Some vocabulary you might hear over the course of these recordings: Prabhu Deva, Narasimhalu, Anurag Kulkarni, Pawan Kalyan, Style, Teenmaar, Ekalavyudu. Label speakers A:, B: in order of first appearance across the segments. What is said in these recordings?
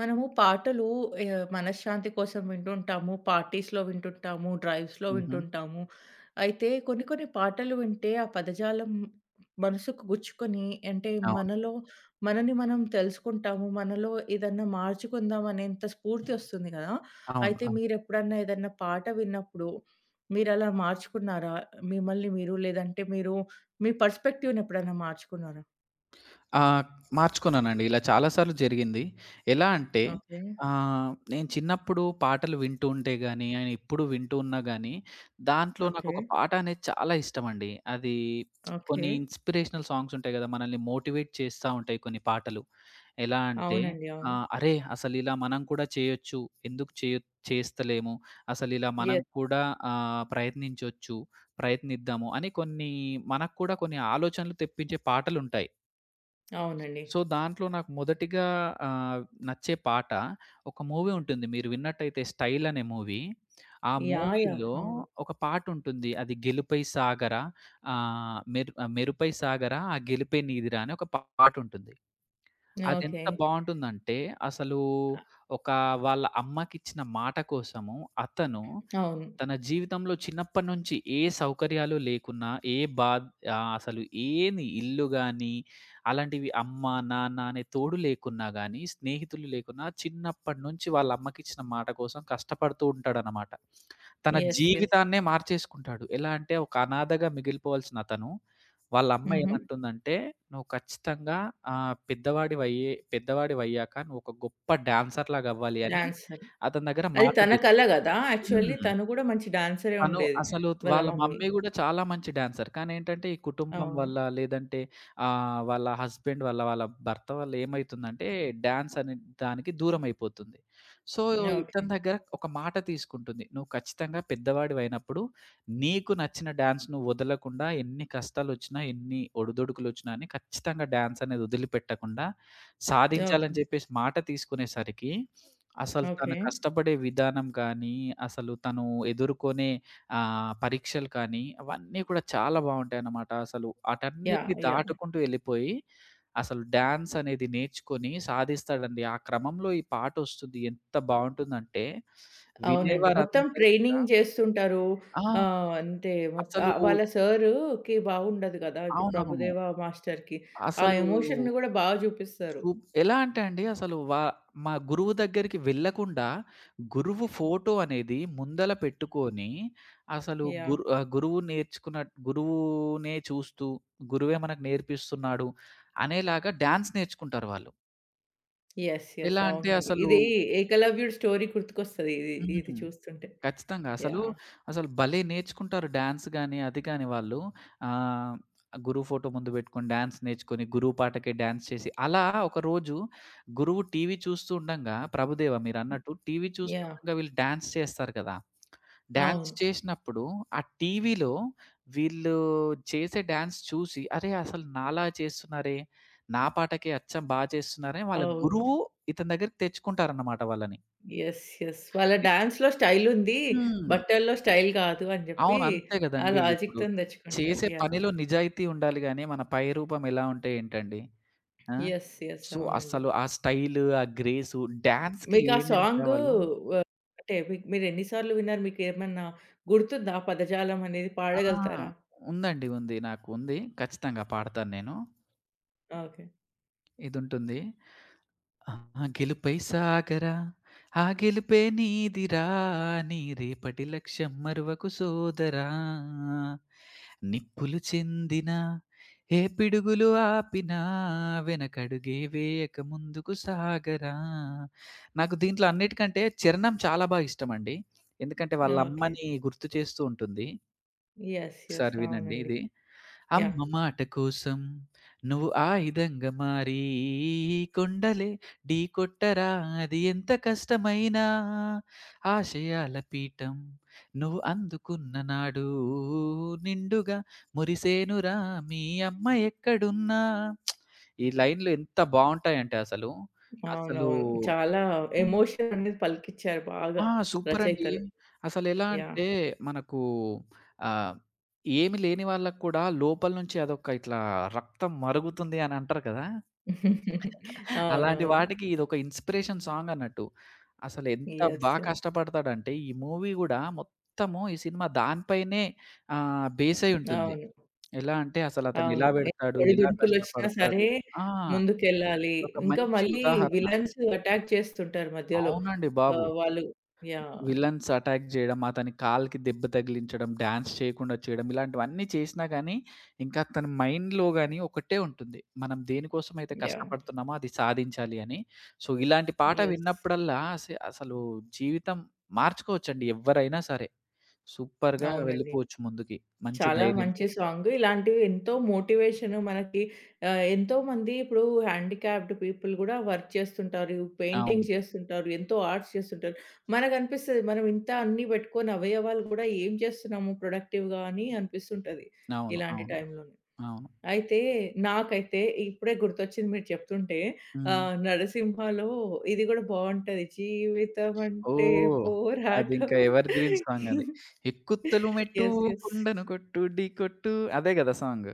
A: మనము పాటలు మనశ్శాంతి కోసం వింటుంటాము. పార్టీస్‌లో వింటుంటాము. డ్రైవ్స్‌లో
B: హుహు.
A: వింటుంటాము. అయితే కొన్ని కొన్ని పాటలు వింటే ఆ పదజాలం మనసుకు గుచ్చుకొని అంటే
B: అవును.
A: మనలో మనని మనం తెలుసుకుంటాము. మనలో ఏదన్నా మార్చుకుందాం అనేంత స్ఫూర్తి వస్తుంది కదా!
B: అవును.
A: అయితే
B: అవును.
A: మీరెప్పుడన్నా ఏదన్నా పాట విన్నప్పుడు మీరలా మార్చుకున్నారా? మిమ్మల్ని మీరు లేదంటే మీరు మీ పర్స్‌పెక్టివ్‌ని ఎప్పుడైనా మార్చుకున్నారా?
B: ఆ! మార్చుకున్నానండి. ఇలా చాలా సార్లు జరిగింది. ఎలా అంటే
A: ఓకే.
B: నేను చిన్నప్పుడు పాటలు వింటూ ఉంటే గాని, నేను ఇప్పుడు వింటూ ఉన్నా గాని, దాంట్లో
A: ఓకే.
B: నాకొక పాట అనేది చాలా ఇష్టమండి. అది
A: ఓకే.
B: కొన్ని ఇన్‌స్పిరేషనల్ సాంగ్స్ ఉంటాయి గదా! మనల్ని మోటివేట్ చేస్తా ఉంటాయి కొన్ని పాటలు. ఎలా అంటే
A: అవునండి. అవును.
B: అరే! అసలిలా మనం కూడా చేయొచ్చు. ఎందుకు చేయొ చేస్తలేము. అసలిలా మనం
A: యెస్.
B: కూడా ప్రయత్నించొచ్చు. ప్రయత్నిద్దాము అని కొన్ని మనకు కూడా కొన్ని ఆలోచనలు తెప్పించే పాటలుంటాయి.
A: అవునండి.
B: సో, దాంట్లో నాకు మొదటిగా ఆహ్, నచ్చే పాట ఒక మూవీ ఉంటుంది. మీరు విన్నట్టయితే 'స్టైల్' అనే మూవీ. ఆ
A: యాహ్! యాహ్!
B: మూవీలో
A: అవును.
B: ఒక పాటుంటుంది. అది 'గెలుపై సాగరా మెరుపై సాగరా ఆ గెలుపే నీదిరా' అని ఒక పాటుంటుంది.
A: ఓకే.
B: అదెంత బావుంటుందంటే అసలు
A: ఆహ్,
B: ఒక వాళ్ళ అమ్మకిచ్చిన మాట కోసము అతను
A: అవును.
B: తన జీవితంలో చిన్నప్పటి నుంచి ఏ సౌకర్యాలు లేకున్నా, అసలు ఏమి ఇల్లు గాని, అలాంటివి అమ్మ, నాన్న అనే తోడు లేకున్నా గాని, స్నేహితులు లేకున్నా చిన్నప్పటి నుంచి వాళ్ళ అమ్మకిచ్చిన మాట కోసం కష్టపడుతూ ఉంటాడనమాట. తన
A: యెస్. యెస్.
B: జీవితాన్నే మార్చేసుకుంటాడు. ఎలా అంటే ఒక అనాథగా మిగిలిపోవాల్సిన అతను, వాళ్ళ అమ్మ
A: హుహు.
B: ఏమంటుందంటే, "నువ్వు ఖచ్చితంగా ఆహ్, పెద్దవాడివయ్యే పెద్దవాడివయ్యాక నువ్వు ఒక గొప్ప డాన్సర్‌లాగా అవ్వాలి" అని
A: డాన్సర్.
B: అతని దగ్గర
A: అది
B: మాట
A: తన
B: తీస్
A: కల గదా! యాక్చువల్లీ
B: హ్మ్.
A: తను గూడా మంచి డాన్సరే
B: తను
A: ఉండేది.
B: అసలు
A: వాళ్ళ
B: వాళ్ళ
A: మమ్మీ.
B: మమ్మీ గూడా చాలా మంచి డాన్సర్. కానీ ఏంటంటే, ఈ కుటుంబం
A: అవును.
B: వల్ల లేదంటే ఆహ్, వాళ్ళ హస్బెండ్ వల్ల, వాళ్ళ భర్త వల్ల ఏమైతుందంటే, డాన్స్ అనే దానికి దూరమైపోతుంది. So,
A: okay.
B: ఇతని దగ్గర ఒక మాట తీసుకుంటుంది. "నువ్వు ఖచ్చితంగా పెద్దవాడివైనప్పుడు, నీకు నచ్చిన డాన్స్ నువ్వు వదలకుండా ఎన్ని కష్టాలొచ్చినా, ఎన్ని ఒడిదుడుకులొచ్చినా అని ఖచ్చితంగా డాన్స్ అనేది వదిలిపెట్టకుండా సాధించాలని"
A: ఓకే.
B: జెప్పేసి మాట తీసుకునేసరికి, అసలు తను
A: ఓకే.
B: కష్టపడే విధానం కానీ, అసలు తను ఎదుర్కొనే పరీక్షలు కానీ, అవన్నీ కూడా చాలా బావుంటాయన్నమాట. అసలు
A: యాహ్!
B: ఆటన్నిటిని
A: యాహ్!
B: దాటుకుంటూ వెళ్ళిపోయి, అసలు డాన్స్ అనేది నేర్చుకొని సాధిస్తాడండి. ఆ క్రమంలో ఈ పాటొస్తుంది. ఎంత బావుంటుందంటే,
A: అవునండి. మొత్తం
B: వినేవారందరికి కూడా
A: ట్రైనింగ్ జేస్తుంటారు.
B: ఆ!
A: ఆహ్, అంటే మొత్
B: అసలు
A: ఆహ్, వాళ్ళ సారుకి బాగుండదు గదా! ఇప్పుడు
B: అవునవును.
A: ప్రభుదేవా మాస్టర్‌కి. ఆ
B: అసలు
A: ఎమోషన్‌ని గూడా బాగా జూపిస్తారు.
B: ఎలా అంటే అండి అసలు వా మా గురువు దగ్గరికి వెళ్ళకుండా, గురువు ఫోటో అనేది ముందల పెట్టుకొని, అసలు
A: యాహ్!
B: గురు ఆహ్, గురువు నేర్చుకున్న గురువునే చూస్తూ, గురువే మనకు నేర్పిస్తున్నాడు అనేలాగా డాన్స్ నేర్చుకుంటారు వాళ్ళు.
A: యెస్. యెస్.
B: ఎలా అంటే
A: అవునండి.
B: అసలు
A: ఇది 'ఏకలవ్యుడు' స్టోరీ గుర్తుకొస్తది ఇది. ఇది
B: హ్మ్.
A: చూస్తుంటే.
B: ఖచ్చితంగా. అసలు,
A: యాహ్!
B: అసలు భలే నేర్చుకుంటారు డాన్స్ గాని, అది గాని వాళ్ళు. ఆహ్, గురువు ఫోటో ముందు పెట్టుకొని డాన్స్ నేర్చుకొని, గురువు పాటకే డాన్స్ చేసి, అలా ఒకరోజు గురువు టీవీ చూస్తూ ఉండంగా, ప్రభుదేవ మీరన్నట్టు టీవీ
A: యాహ్!
B: చూస్తుండగా వీళ్ళు డాన్స్ చేస్తారు కదా! డాన్స్
A: అవును.
B: చేసినప్పుడు ఆ టీవీలో వీళ్ళు చేసే డాన్స్ చూసి, అరే! అసలు నాలా చేస్తున్నారే, నా పాటకే అచ్చం బా చేస్తున్నారని వాళ్ళ
A: అవును.
B: గురువు ఇతని దగ్గరికి తెచ్చుకుంటారన్నమాట వాళ్ళని.
A: యెస్. యెస్. వాళ్ళ డాన్స్‌లో స్టైల్ ఉంది.
B: హ్మ్.
A: బట్టల్లో స్టైల్ కాదు అని జెప్పి
B: అవును. అంతే
A: ఆ
B: గదండీ. ఇప్పుడు
A: లాజిక్‌తోని తెచ్చుకుంటారు.
B: చేసే
A: యాహ్!
B: పనిలో నిజాయితీ ఉండాలి గానీ, మన పై రూపం ఎలా ఉంటే ఏంటండి? ఆ!
A: యెస్. యెస్.
B: సో,
A: అవునండి.
B: అస్సలు ఆ స్టైలు, ఆ గ్రేసు, డాన్స్‌కి
A: మీకు ఆ
B: ఏమేం
A: సాంగు
B: కావాలో
A: ఆహ్, అంటే మీకు మీరు ఎన్ని సార్లు విన్నారు? మీకేమన్నా గుర్తుందా? ఆ పదజాలం అనేది
B: ఆ!
A: పాడగలుగుతారా?
B: ఉందండి. ఉంది. నాకు ఉంది. ఖచ్చితంగా పాడతాను నేను.
A: ఓకే.
B: ఇదుంటుంది. ఆ గెలుపై సాగరా ఆ గెలుపే నీదిరా నీ రేపటి లక్ష్యం మరువకు సోదరా నిప్పులు చెందిన ఏ పిడుగులు ఆపినా వెనకడుగే వేయక ముందుకు సాగరా. నాకు దీంట్లో అన్నిటికంటే చిరణం చాలా బాగా ఇష్టం అండి. ఎందుకంటే వాళ్ళ
A: ఓకే.
B: అమ్మని గుర్తు చేస్తూ ఉంటుంది.
A: యెస్. యెస్.
B: ఒకసారి వినండి
A: అవునండి.
B: ఇది.
A: యాహ్!
B: అమ్మ మాట కోసం నువ్వు ఆయుధంగా మారి కొండలే ఢీ కొట్టరా అది ఎంత కష్టమైనా ఆశయాల పీఠం నువ్వు అందుకున్న నాడు నిండుగా మురిసేనురా మీ అమ్మ ఎక్కడున్నా. ఈ లైన్‌లు ఎంత బావుంటాయంటే అసలు. అసలు
A: అవునవును. చాలా
B: హ్మ్.
A: ఎమోషన్ అనేది పలికిచ్చారు బాగా
B: ఆ! సూపరండి.
A: రచయితలు.
B: అసలెలా
A: యాహ్!
B: అంటే మనకు ఆహ్, ఏమి లేని వాళ్ళకి కూడా లోపల నుంచి అదొక ఇట్లా రక్తం మరుగుతుంది అని అంటారు కదా! అలాంటి
A: అవునవును.
B: వాటికి ఇదొక ఇన్‌స్పిరేషన్ సాంగ్ అన్నట్టు. అసలెంత
A: యెస్.
B: బా కష్టపడతాడంటే ఈ మూవీ గూడా మొత్తము ఈ సినిమా దానిపైనే బేస్ అయి ఉంటుంది.
A: అవును.
B: ఎలా అంటే అసలు అతను
A: అవును.
B: ఎలా పెడతాడు? ఎలా
A: ఒడిదుడుకులొచ్చినా
B: కష్టపడతాడు?
A: సరే
B: ఆ!
A: ముందుకెళ్ళాలి.
B: ఒక
A: ఇంకా
B: మంచి
A: మళ్ళీ
B: ఉదాహరణ.
A: విలన్స్ అటాక్ చేస్తుంటారు మధ్యలో.
B: అవునండి బాబు.
A: వాళ్ళు యాహ్!
B: విలన్స్ అటాక్ జేయడం, అతని కాలికి దెబ్బ తగిలించడం, డాన్స్ చేయకుండా చేయడం, ఇలాంటివన్నీ చేసినా గానీ, ఇంకా తన మైండ్‌లో గానీ ఒకటే ఉంటుంది. మనం దేనికోసమైతే
A: యాహ్!
B: కష్టపడుతున్నామో అది సాధించాలి అని. సో, ఇలాంటి పాట
A: యెస్.
B: విన్నప్పుడల్లా అసలు జీవితం మార్చుకోవచ్చండి ఎవ్వరైనా సరే. సూపర్‌గా
A: అవునండి.
B: వెళ్ళిపోవచ్చు ముందుకి. మంచి
A: చాలా
B: ధైర్యం
A: మంచి
B: తెచ్చుకొని.
A: సాంగ్. ఇలాంటివి ఎంతో మోటివేషన్ మనకి ఎంతోమంది ఇప్పుడు హ్యాండిక్యాప్డ్ పీపుల్ గూడా వర్క్ చేస్తుంటారు.
B: అవును.
A: పెయింటింగ్స్ చేస్తుంటారు. ఎంతో ఆర్ట్స్ చేస్తుంటారు. మనకనిపిస్తది మనం ఇంత అన్నీ పెట్టుకొని అవయవాలు గూడా ఏం చేస్తున్నాము ప్రొడక్టివ్‌గా అని అనిపిస్తుంటది.
B: అవును.
A: ఇలాంటి
B: అవును.
A: టైంలోనే.
B: అవును.
A: అయితే నాకైతే ఇప్పుడే గుర్తొచ్చింది మీరు చెప్తుంటే
B: హ్మ్.
A: 'నరసింహలో' ఇది గూడా బావుంటది. జీవితమంటే
B: ఓహ్!
A: పోరాటం.
B: అదింకా ఎవర్ గ్రీన్ సాంగది. ఎక్కు తొలిమెట్టు
A: యెస్. యెస్.
B: కొండను కొట్టు ఢీ కొట్టు అదే గదా సాంగ్.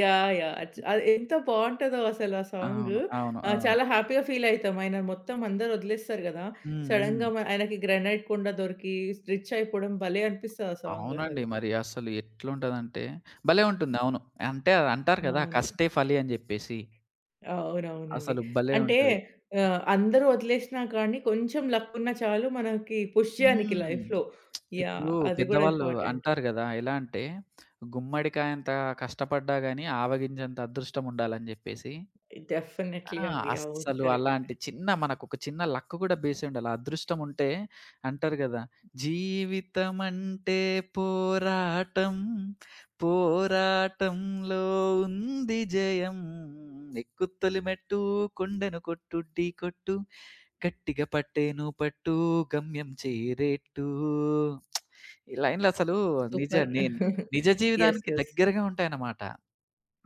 A: యాహ్! యాహ్! అది ఎంత బావుంటదో అసలు ఆ సాంగు.
B: అవును. అవును. అవును.
A: చాలా హ్యాపీగా ఫీల్ అయితాం. ఆయన మొత్తం అందరూ వదిలేస్తారు గదా!
B: హ్మ్. హ్మ్.
A: సడెన్‌గా ఆయనకి గ్రానైట్ కుండ దొరికి రిచ్ అయిపోవడం భలే అనిపిస్తది ఆ సాంగ్
B: అవునండి.
A: అసలు.
B: మరి అసలు ఎట్లుంటదంటే భలే ఉంటుంది.
A: హ్మ్.
B: అవును. అంటే అది అంటారు కదా!
A: అవును.
B: కష్టే ఫలి అని జెప్పేసి.
A: అవునవునండి.
B: అసలు భలే
A: అంటే
B: ఉంటది.
A: అందరూ వదిలేసినా కానీ కొంచెం లక్ ఉన్నా చాలు మనకి పుష్ చేయనికి
B: హ్మ్.
A: లైఫ్‌లో.
B: ఇప్పుడు
A: యాహ్! అది గూడా
B: పెద్దవాళ్ళు
A: ఇంపార్టెంట్.
B: అంటారు గదా! ఎలా అంటే గుమ్మడికాయంత కష్టపడ్డా గాని ఆవగింజంత అదృష్టం ఉండాలని జెప్పేసి
A: డెఫినైట్‌లీ
B: ఆ!
A: అండి. అవును.
B: అస్సలు
A: కరెక్ట్.
B: అలాంటి చిన్న మనకొక చిన్న లక్ గూడా బేసుండాలి. అదృష్టం ఉంటే అంటారు గదా! జీవితమంటే పోరాటం, పోరాటంలో ఉంది జయం. ఎక్కుతొలి మెట్టు కొండను కొట్టు ఢీ కొట్టు, గట్టిగా పట్టేను పట్టు గమ్యం చేరేట్టు. ఈ లైన్‌లసలు నిజ
A: సూపర్.
B: నే నిజ
A: యెస్.
B: జీవితానికి
A: యెస్.
B: దగ్గరగా ఉంటాయన్నమాట.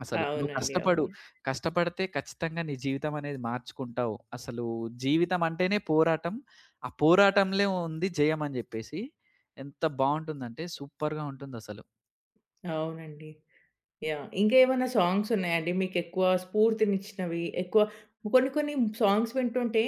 B: అసలు. నువ్వు
A: అవునండి.
B: కష్టపడు.
A: అవును.
B: కష్టపడితే ఖచ్చితంగా నీ జీవితం అనేది మార్చుకుంటావు. అసలు జీవితం అంటేనే పోరాటం. ఆ పోరాటంలో ఉంది జయం అని జెప్పేసి. ఎంత బావుంటుందంటే సూపర్‌గా ఉంటుందసలు.
A: అవునండి. యాహ్! ఇంకా ఏమన్నా సాంగ్స్ ఉన్నాయండి మీకెక్కువ స్ఫూర్తినిచ్చినవి? ఎక్కువ కొన్ని కొన్ని సాంగ్స్ వింటుంటే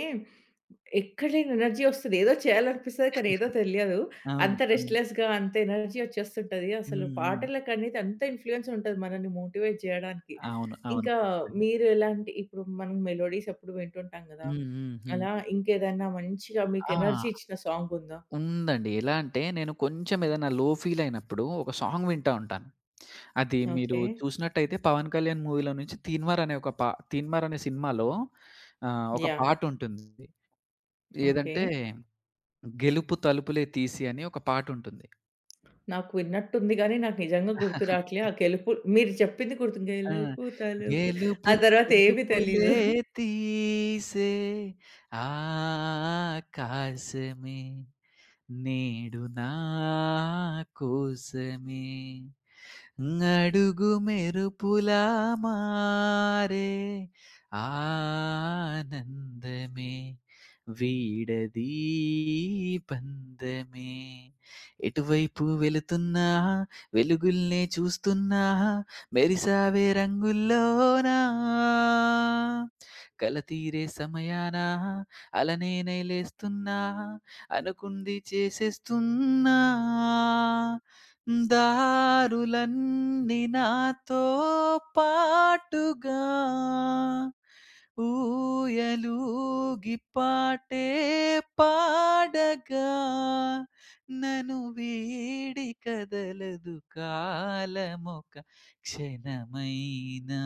A: ఎక్కడ లేని ఎనర్జీ వస్తది. ఏదో చేయాలనిపిస్తది. కానీ ఏదో తెలియదు.
B: అవును.
A: అంత
B: అవును.
A: రెస్ట్‌లెస్‌గా అంత ఎనర్జీ వచ్చేస్తుంటది.
B: హ్మ్.
A: అసలు
B: హ్మ్.
A: పాటలకనేది అంత ఇన్‌ఫ్లూయెన్స్ ఉంటది మనల్ని మోటివేట్ చేయడానికి.
B: అవును. అవును.
A: ఇంకా
B: ఖచ్చితంగా.
A: మీరు ఎలాంటి ఇప్పుడు మనం మెలోడీస్ ఎప్పుడు వింటుంటాం గదా!
B: హ్మ్. హ్మ్. హ్మ్.
A: అలా ఇంకేదన్నా మంచిగా మీకు
B: ఆ!
A: ఎనర్జీ ఇచ్చిన సాంగ్ ఉందా?
B: ఉందండి. ఎలా అంటే నేను కొంచెం ఏదైనా లో ఫీల్ అయినప్పుడు ఒక సాంగ్ వింటా ఉంటాను. అది మీరు
A: ఓకే.
B: చూసినట్టయితే 'పవన్ కళ్యాణ్' మూవీలో నుంచి 'తీన్మార్' అనే సినిమాలో ఒక
A: యాహ్!
B: పాటుంటుంది.
A: ఓకే.
B: ఏదంటే, 'గెలుపు తలుపులే తీసి' అని ఒక పాటుంటుంది.
A: నాకు విన్నట్టుంది గానీ, నాకు నిజంగా గుర్తు రాట్లే. ఆ గెలుపు మీరు చెప్పింది గుర్తు
B: ఆ!
A: గెలుపు తలుపు
B: గెలుపు
A: ఆ తర్వాత ఏమి
B: తలుపులే
A: తెలీదు.
B: తీసే ఆకాశమే నేడు నా కోసమే నడుగు మెరుపులా మారే ఆనందమే వీడది పందమే ఎటువైపు వెళుతున్నా వెలుగుల్నే చూస్తున్నా మెరిసావే రంగుల్లోనా కల తీరే సమయాన అలనే లేస్తున్నా అనుకుంది చేసేస్తున్నా దారులన్నీ నాతో పాటుగా ఊయలూగి పాటే పాడగా నను వీడి కదలదు కాలమొక క్షణమైనా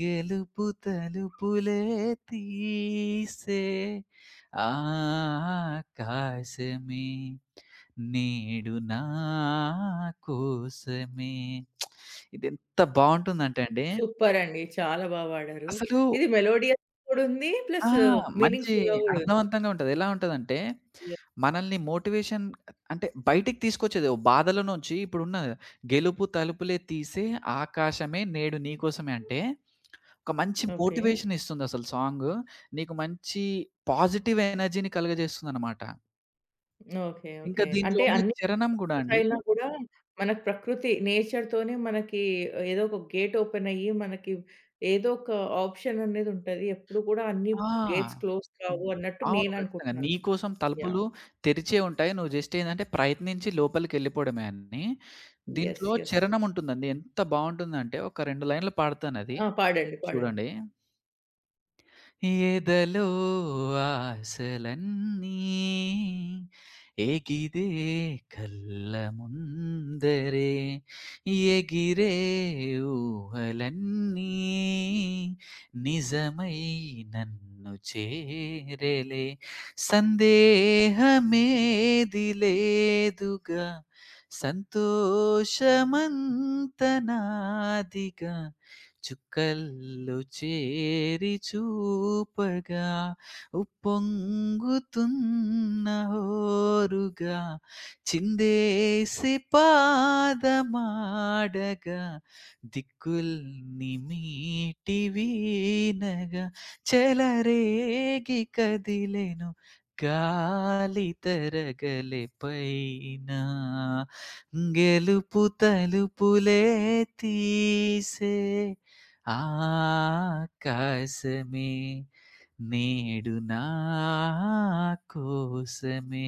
B: గెలుపు తలుపులే తీసే ఆకాశమే నేడు నా కోసమే. ఇదెంత బావుంటుందంటే అండి,
A: సూపరండి. చాలా బా పాడారు.
B: అసలు
A: ఇది మెలోడియస్ గూడుంది.
B: ఆ!
A: ప్లస్
B: మంచి
A: మీనింగ్‌ఫుల్‌గా గూడా ఉంది.
B: అర్థవంతంగా ఉంటది. ఎలా ఉంటదంటే,
A: యాహ్!
B: మనల్ని మోటివేషన్ అంటే బయటికి తీసుకొచ్చేది ఓ బాధల నుంచి ఇప్పుడున్న గెలుపు తలుపులే తీసే ఆకాశమే నేడు నీ కోసమే అంటే, ఒక మంచి
A: ఓకే.
B: Motivation ఇస్తుందసలు song. నీకు మంచి పాజిటివ్ ఎనర్జీని కలుగజేస్తుందనమాట.
A: ఓకే.
B: ఇంకా
A: ఓకే.
B: దీంట్లో
A: అంటే
B: ఉండే
A: అన్ని
B: చరణం గూడా
A: స్కూల్స్
B: అండి
A: అయినా గూడా మనకు ప్రకృతి, నేచర్‌తోనే మనకి ఏదో ఒక గేట్ ఓపెన్ అయ్యి, మనకి ఏదో ఒక ఆప్షన్ అనేది ఉంటది. ఎప్పుడు కూడా అన్ని గేట్స్
B: ఆ!
A: క్లోజ్
B: హ్మ్.
A: కావు అన్నట్టు
B: అవును.
A: నేను
B: ఖచ్చితంగా.
A: అనుకుంటున్నాను.
B: నీకోసం
A: యాహ్!
B: తలుపులు తెరిచే ఉంటాయి. నువ్వు జస్ట్ ఏందంటే ప్రయత్నించి లోపలికెళ్ళిపోవడమే అని.
A: యెస్.
B: దీంట్లో
A: యెస్.
B: చరణం ఉంటుందండి. ఎంత బావుంటుందంటే ఒక 2 లైన్‌లు పాడతానది
A: ఆ! పాడండి. పాడండి.
B: చూడండి. ఎదలో ఆశలన్నీ ఎగిరే కళ్ళ ముందరే ఎగిరే ఊహలన్నీ నిజమై నన్ను చేరలే సందేహమేది లేదుగా సంతోషమంత నాదిగా చుక్కల్లో చేరి చూపగా ఉప్పొంగుతున్న హోరుగా చిందేసి పాదమాడగా దిక్కుల్ని మీటి వీనగా చెలరేగి కదిలెను గాలి తరగలే పైన గెలుపు తలుపులే తీసే ఆకాశమే నేడు నా కోసమే.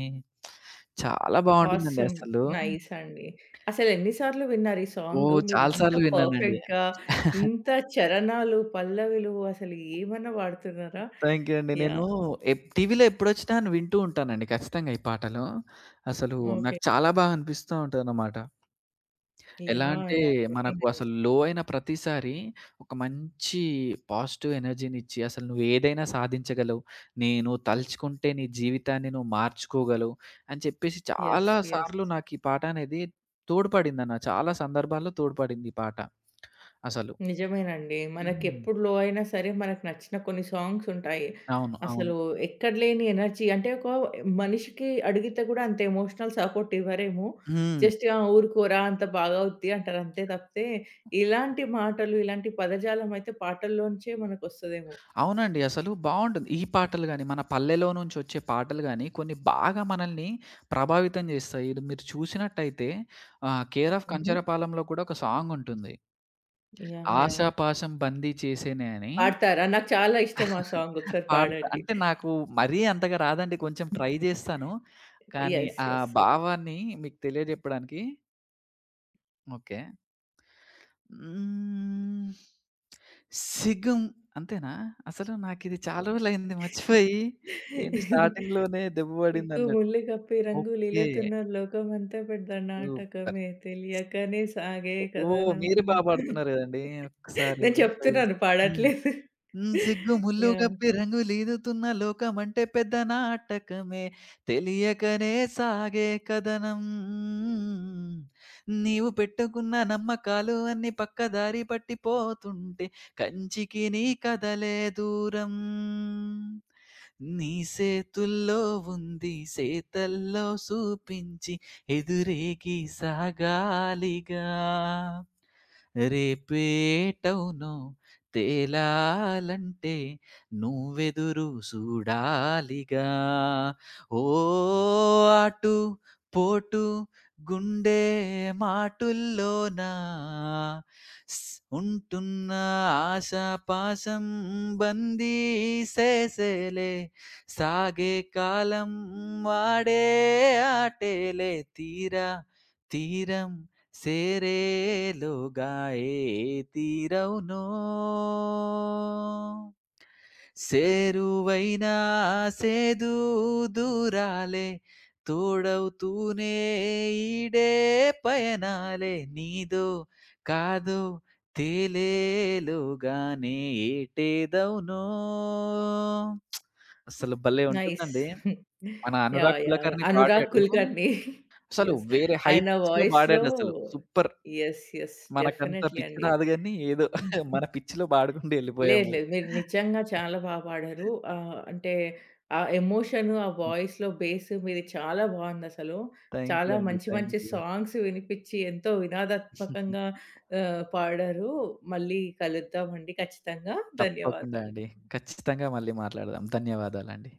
B: చాలా బావుంటుందండి
A: ఆసమ్.
B: అసలు.
A: నైస్ అండి. అసలెన్ని సార్లు విన్నారు ఈ
B: ఓహ్!
A: సాంగు?
B: చాలా
A: మీరింత
B: సార్లు విన్నానండి.
A: పర్ఫెక్ట్‌గా, ఇంత చరణాలు, పల్లవిలు అసలు ఏమన్నా పాడుతున్నారా?
B: థాంక్ యూ అండి. నేను
A: యాహ్!
B: టీవీలో ఎప్పుడొచ్చినా వింటూ ఉంటానండి ఖచ్చితంగా ఈ పాటలు. అసలు
A: ఓకే.
B: నాకు చాలా బాగా అనిపిస్తూ ఉంటదనమాట. ఎలా
A: యాహ్!
B: అంటే
A: యాహ్! వెరీ
B: మనకు
A: నైస్.
B: అసలు లో అయిన ప్రతిసారి ఒక మంచి పాజిటివ్ ఎనర్జీనిచ్చి అసలు నువ్వేదైనా సాధించగలవు. నేను తలుచుకుంటే నీ జీవితాన్ని నువ్వు మార్చుకోగలవు అని చెప్పేసి
A: యెస్.
B: చాలా
A: యెస్.
B: సార్లు నాకు ఈ పాట అనేది తోడ్పడిందన్న. చాలా సందర్భాల్లో తోడ్పడింది ఈ పాట అసలు.
A: నిజమేనండి.
B: హ్మ్.
A: మనకెప్పుడు లో అయినా సరే, మనకు నచ్చిన కొన్ని సాంగ్స్ ఉంటాయి.
B: అవును. అవును.
A: అసలు ఎక్కడ లేని ఎనర్జీ అంటే, ఒక మనిషికి అడిగితే కూడా అంత ఎమోషనల్ సపోర్ట్ ఇవ్వరేమో.
B: హ్మ్.
A: జస్ట్ "ఆ! ఊరుకోరా అంత బాగవుద్ది" అంటారు. అంతే తప్పితే, ఇలాంటి మాటలు, ఇలాంటి పదజాలం అయితే పాటల్లోంచే మనకొస్తదేమో.
B: అవునండి. అసలు బావుంటుంది. ఈ పాటలు గాని, మన పల్లెలో నుంచొచ్చే పాటలు గాని, కొన్ని బాగా మనల్ని ప్రభావితం జేస్తాయి. ఇది మీరు చూసినట్టయితే 'కేర్ ఆఫ్
A: హుహు.
B: కంచరపాలెం'లో కూడా ఒక సాంగుంటుంది.
A: యాహ్! యాహ్!
B: 'ఆశా పాశం బందీ చేసేనే' అని
A: పాడతారా? నాకు చాలా ఇష్టం ఆ సాంగ్. ఒకసారి
B: పాడతా.
A: పాడండి.
B: అంటే నాకు మరీ అంతగా రాదండి. కొంచెం ట్రై జేస్తాను. కానీ
A: యెస్.
B: ఆ
A: యెస్. ఓకే.
B: భావాన్ని మీకు తెలియజెప్పడానికి ఓకే. హ్మ్. 'సిగం' అంతేనా? అసలు నాకిది చాలా రోజులయింది మర్చిపోయి. ఏంటి స్టార్టింగ్‌లోనే దెబ్బ
A: సిగ్గు
B: పడిందన్నట్టు.
A: ముల్లు కప్పి
B: ఓకే.
A: రంగులిలెతున్న లోకమంతా పెద్ద
B: సూపర్.
A: నాటకమే తెలియకనే సాగే
B: ఓహ్!
A: కథనం.
B: మీరు బా పాడుతున్నారు గదండీ. ఒక్కసారి
A: నేను
B: ట్రై జేసి
A: చెప్తున్నాను
B: హ్మ్.
A: పాడట్లేదు.
B: హ్మ్. సిగ్గు ముల్లు
A: యాహ్!
B: గప్పి రంగులీదుతున్న లోకమంటే పెద్ద నాటకమే. తెలియకనే సాగే కథనం. నీవు పెట్టుకున్న నమ్మకాలు అన్నీ పక్కదారి పట్టిపోతుంటే కంచికి నీ కథలే దూరం. నీ సేతుల్లో ఉంది సేతల్లో సూపించి ఎదురేగి సాగాలిగా. రేపేటవునో తేలాలంటే నువ్వెదురు సూడాలిగా ఓ అటు పోటు గుండె మాటుల్లోన స్- ఉంటున్న ఆశాపాశం బందీ సేసేలే సాగే కాలం వాడే ఆటేలే తీరా తీరం సేరేలుగా ఏ తీరవునో సేరువైనా సేదు దూరాలే తోడవుతూనే ఈడే పయనాలే నీదో కాదో తేలేలుగానే ఏటేదవునో అసలు భలే
A: నైస్.
B: ఉంటుందండి. మన
A: yeah!
B: Anurag
A: yeah! Yeah!
B: Kulkarni
A: Anurag
B: పాడాడు.
A: కుల్కర్ణి.
B: అసలు
A: యెస్.
B: వేరే హై
A: ఆయన
B: పిచ్‌లో
A: వాయిస్‌లో
B: పాడాడసలు. సూపర్.
A: యెస్. యెస్.
B: మనకంత
A: డెఫినైట్‌లీ
B: పిచ్చి
A: అండి.
B: రాదు గానీ, ఏదో మన పిచ్చిలో పాడుకుంటూ
A: లేదు.
B: ఎళ్ళిపోయామది.
A: లేదు. మీరు నిజంగా చాలా బా పాడారు. అంటే ఆ ఎమోషను, ఆ వాయిస్‌లో బేస్ మీది చాలా బావుందసలు.
B: థ్యాంక్ యూ
A: చాలా
B: అండి.
A: మంచి మంచి
B: థ్యాంక్ యూ.
A: సాంగ్స్ వినిపిచ్చి ఎంతో వినాదాత్మకంగా పాడారు. మళ్ళీ కలుద్దామండి ఖచ్చితంగా.
B: తప్పకుండా
A: ధన్యవాదాలు.
B: అండి. ఖచ్చితంగా మళ్ళీ మాట్లాడదాం. ధన్యవాదాలండి.